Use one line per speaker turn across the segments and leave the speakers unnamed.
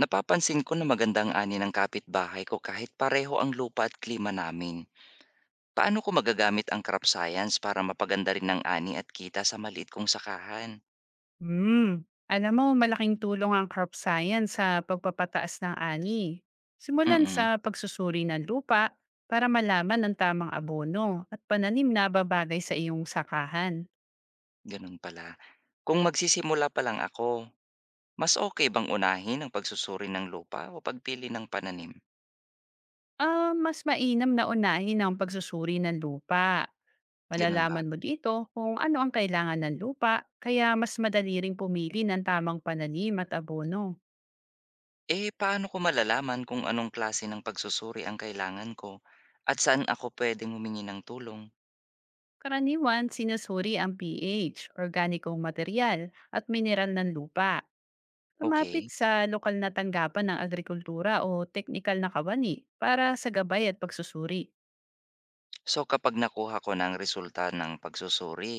Napapansin ko na maganda ang ani ng kapitbahay ko kahit pareho ang lupa at klima namin. Paano ko magagamit ang crop science para mapaganda rin ang ani at kita sa maliit kong sakahan?
Hmm, Alam mo, malaking tulong ang crop science sa pagpapataas ng ani. Simulan sa
Mm,
pagsusuri ng lupa para malaman ang tamang abono at pananim na babagay sa iyong sakahan.
ganun pala. Kung magsisimula pa lang ako, mas okay bang unahin ang pagsusuri ng lupa o pagpili ng pananim?
Ah, mas mainam na unahin ang pagsusuri ng lupa.
Ganun ba?
Malalaman mo dito kung ano ang kailangan ng lupa, kaya mas madali ring pumili ng tamang pananim at abono.
Eh, paano ko malalaman kung anong klase ng pagsusuri ang kailangan ko at saan ako pwedeng humingi ng tulong?
Karaniwan, sinusuri ang pH, organikong material, at mineral ng lupa. Lumapit
Okay.
sa lokal na tanggapan ng agrikultura o teknikal na kawani para sa gabay at pagsusuri.
So kapag nakuha ko na ang resulta ng pagsusuri,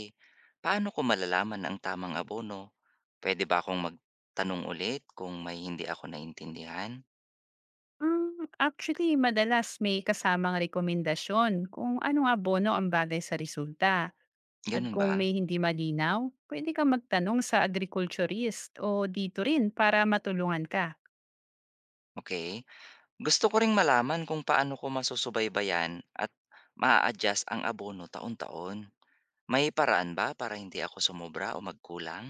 paano ko malalaman ang tamang abono? Pwede ba akong magtanong ulit kung may hindi ako naintindihan?
Actually, madalas may kasamang rekomendasyon kung anong abono ang bagay sa resulta. At
Ganun
kung
ba?
may hindi malinaw, pwede kang magtanong sa agriculturist o dito rin para matulungan ka.
Okay. Gusto ko ring malaman kung paano ko masusubaybayan at maa-adjust ang abono taon-taon. May paraan ba para hindi ako sumobra o magkulang?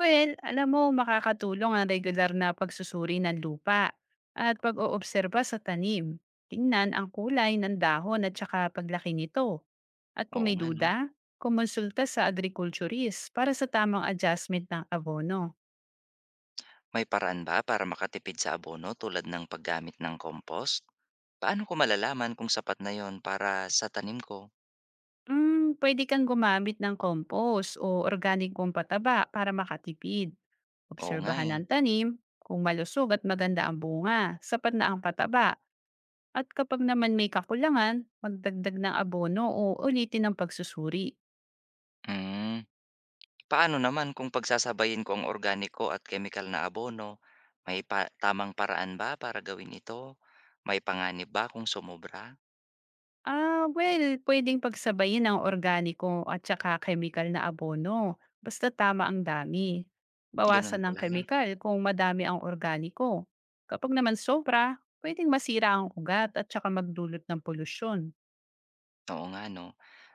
Well, alam mo, makakatulong ang regular na pagsusuri ng lupa at pag-oobserba sa tanim. Tingnan ang kulay ng dahon at saka paglaki nito. At kung
Oo
may
nga, no?
duda, kumonsulta sa agriculturist para sa tamang adjustment ng abono.
May paraan ba para makatipid sa abono tulad ng paggamit ng compost? Paano ko malalaman kung sapat na yon para sa tanim ko?
Pwede kang gumamit ng compost o organic kong pataba para makatipid.
Oo nga,
Obserbahan
eh.
ang tanim, kung malusog at maganda ang bunga, sapat na ang pataba. At kapag naman may kakulangan, magdagdag ng abono o ulitin ang pagsusuri.
Hmm. Paano naman kung pagsasabayin ko ang organiko at chemical na abono? May pa tamang paraan ba para gawin ito? May panganib ba kung sumobra?
Ah, well, pwedeng pagsabayin ang organiko at saka chemical na abono, basta tama ang dami.
Gano'n
Bawasan ng
pala.
chemical kung madami ang organiko. Kapag naman sobra, pwedeng masira ang ugat at saka magdulot ng polusyon.
Oo nga 'no.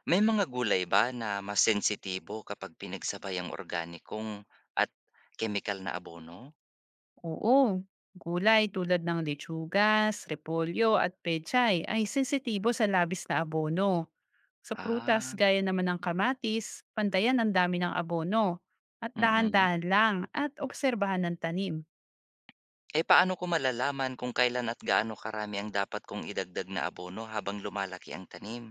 May mga gulay ba na mas sensitibo kapag pinagsabay ang organikong at chemical na abono?
Oo, gulay tulad ng lechugas, repolyo at pechay ay sensitibo sa labis na abono. Sa prutas
Ah,
gaya naman ng kamatis, pantayan ang dami ng abono at
mm.
dahan-dahan lang at obserbahan ng tanim.
Eh, paano ko malalaman kung kailan at gaano karami ang dapat kong idagdag na abono habang lumalaki ang tanim?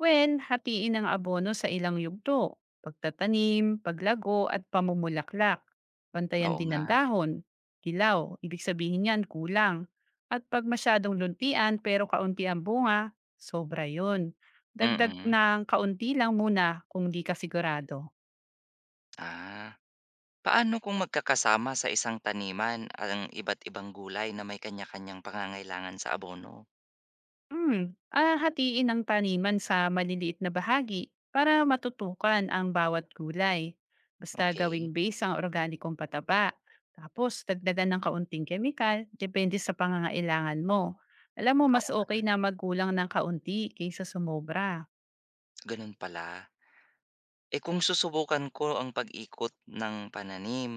When hatiin ang abono sa ilang yugto, pagtatanim, paglago at pamumulaklak. Pantayan
Oo
din
nga,
ang dahon, dilaw, ibig sabihin yan kulang. At pag masyadong luntian pero kaunti ang bunga, sobra yun. Dagdag
mm.
ng kaunti lang muna kung di ka sigurado.
Ah. Paano kung magkakasama sa isang taniman ang iba't ibang gulay na may kanya-kanyang pangangailangan sa abono?
Ah, hatiin ang taniman sa maliliit na bahagi para matutukan ang bawat gulay. Basta gawing
Okay?
base ang organikong pataba. Tapos, dagdagan ng kaunting kemikal, depende sa pangangailangan mo. Alam mo, mas
Oo,
okay na magulang ng kaunti kaysa sumobra.
gano'n pala. Eh, kung susubukan ko ang pag-ikot ng pananim,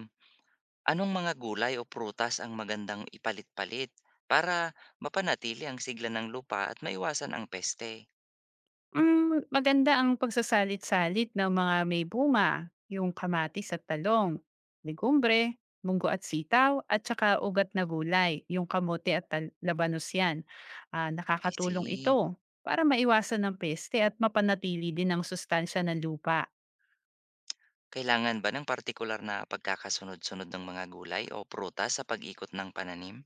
anong mga gulay o prutas ang magandang ipalit-palit para mapanatili ang sigla ng lupa at maiwasan ang peste?
Maganda ang pagsasalit-salit ng mga may bunga, yung kamatis at talong, legumbre, munggo at sitaw, at saka ugat na gulay, yung kamote at labanos yan. Ah,
I
nakakatulong
see.
ito para maiwasan ng peste at mapanatili din ang sustansya ng lupa.
Kailangan ba ng partikular na pagkakasunod-sunod ng mga gulay o prutas sa pag-ikot ng pananim?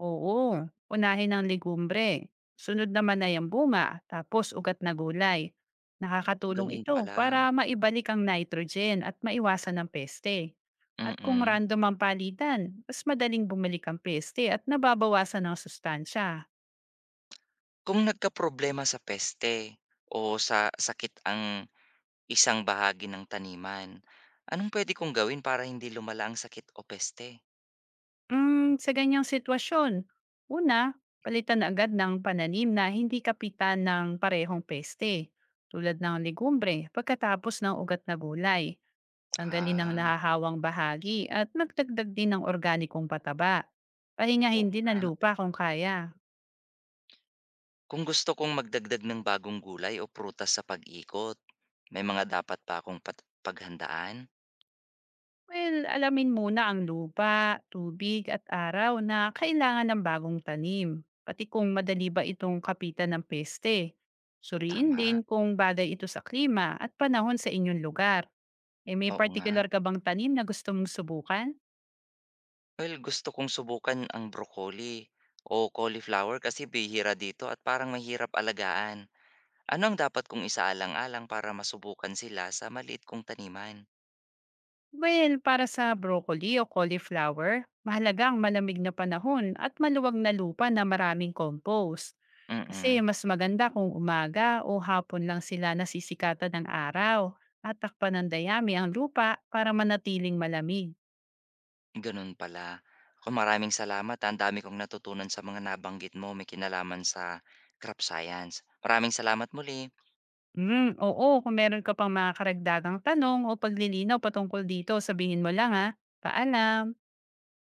Oo, unahin ang legumbre. Sunod naman ay ang bunga, tapos ugat na gulay. Nakakatulong
Gano'n
ito
pala,
para maibalik ang nitrogen at maiwasan ang peste. At kung
mm.
random ang palitan, mas madaling bumalik ang peste at nababawasan ang sustansya.
Kung nagkaproblema sa peste o sa sakit ang isang bahagi ng taniman, anong puwede kong gawin para hindi lumala ang sakit o peste?
Sa ganyang sitwasyon, una, palitan agad ng pananim na hindi kapitan ng parehong peste, tulad ng legumbre pagkatapos ng ugat na gulay. Tanggalin ang
Ah,
nahahawang bahagi at magdagdag din ng organikong pataba.
oo
Pahingahin din ang
nga.
lupa kung kaya.
Kung gusto kong magdagdag ng bagong gulay o prutas sa pag-ikot, may mga dapat pa akong paghandaan?
Well, alamin muna ang lupa, tubig at araw na kailangan ng bagong tanim, pati kung madali ba itong kapitan ng peste. Suriin din
Tama,
kung bagay ito sa klima at panahon sa inyong lugar. Eh, may
oo nga.
particular ka bang tanim na gusto mong subukan?
Well, gusto kong subukan ang broccoli o cauliflower kasi bihira dito at parang mahirap alagaan. Ano ang dapat kong isaalang-alang para masubukan sila sa maliit kong taniman?
Well, para sa broccoli o cauliflower, mahalaga ang malamig na panahon at maluwag na lupa na maraming compost. Kasi
Mm,
mas maganda kung umaga o hapon lang sila nasisikatan ng araw at takpan ng dayami ang lupa para manatiling malamig.
ganun pala. Ako maraming salamat, ang dami kong natutunan sa mga nabanggit mo, may kinalaman sa crop science. Maraming salamat muli.
Mm, oo, kung meron ka pang mga karagdagang tanong o paglilinaw patungkol dito, sabihin mo lang ha. Paalam!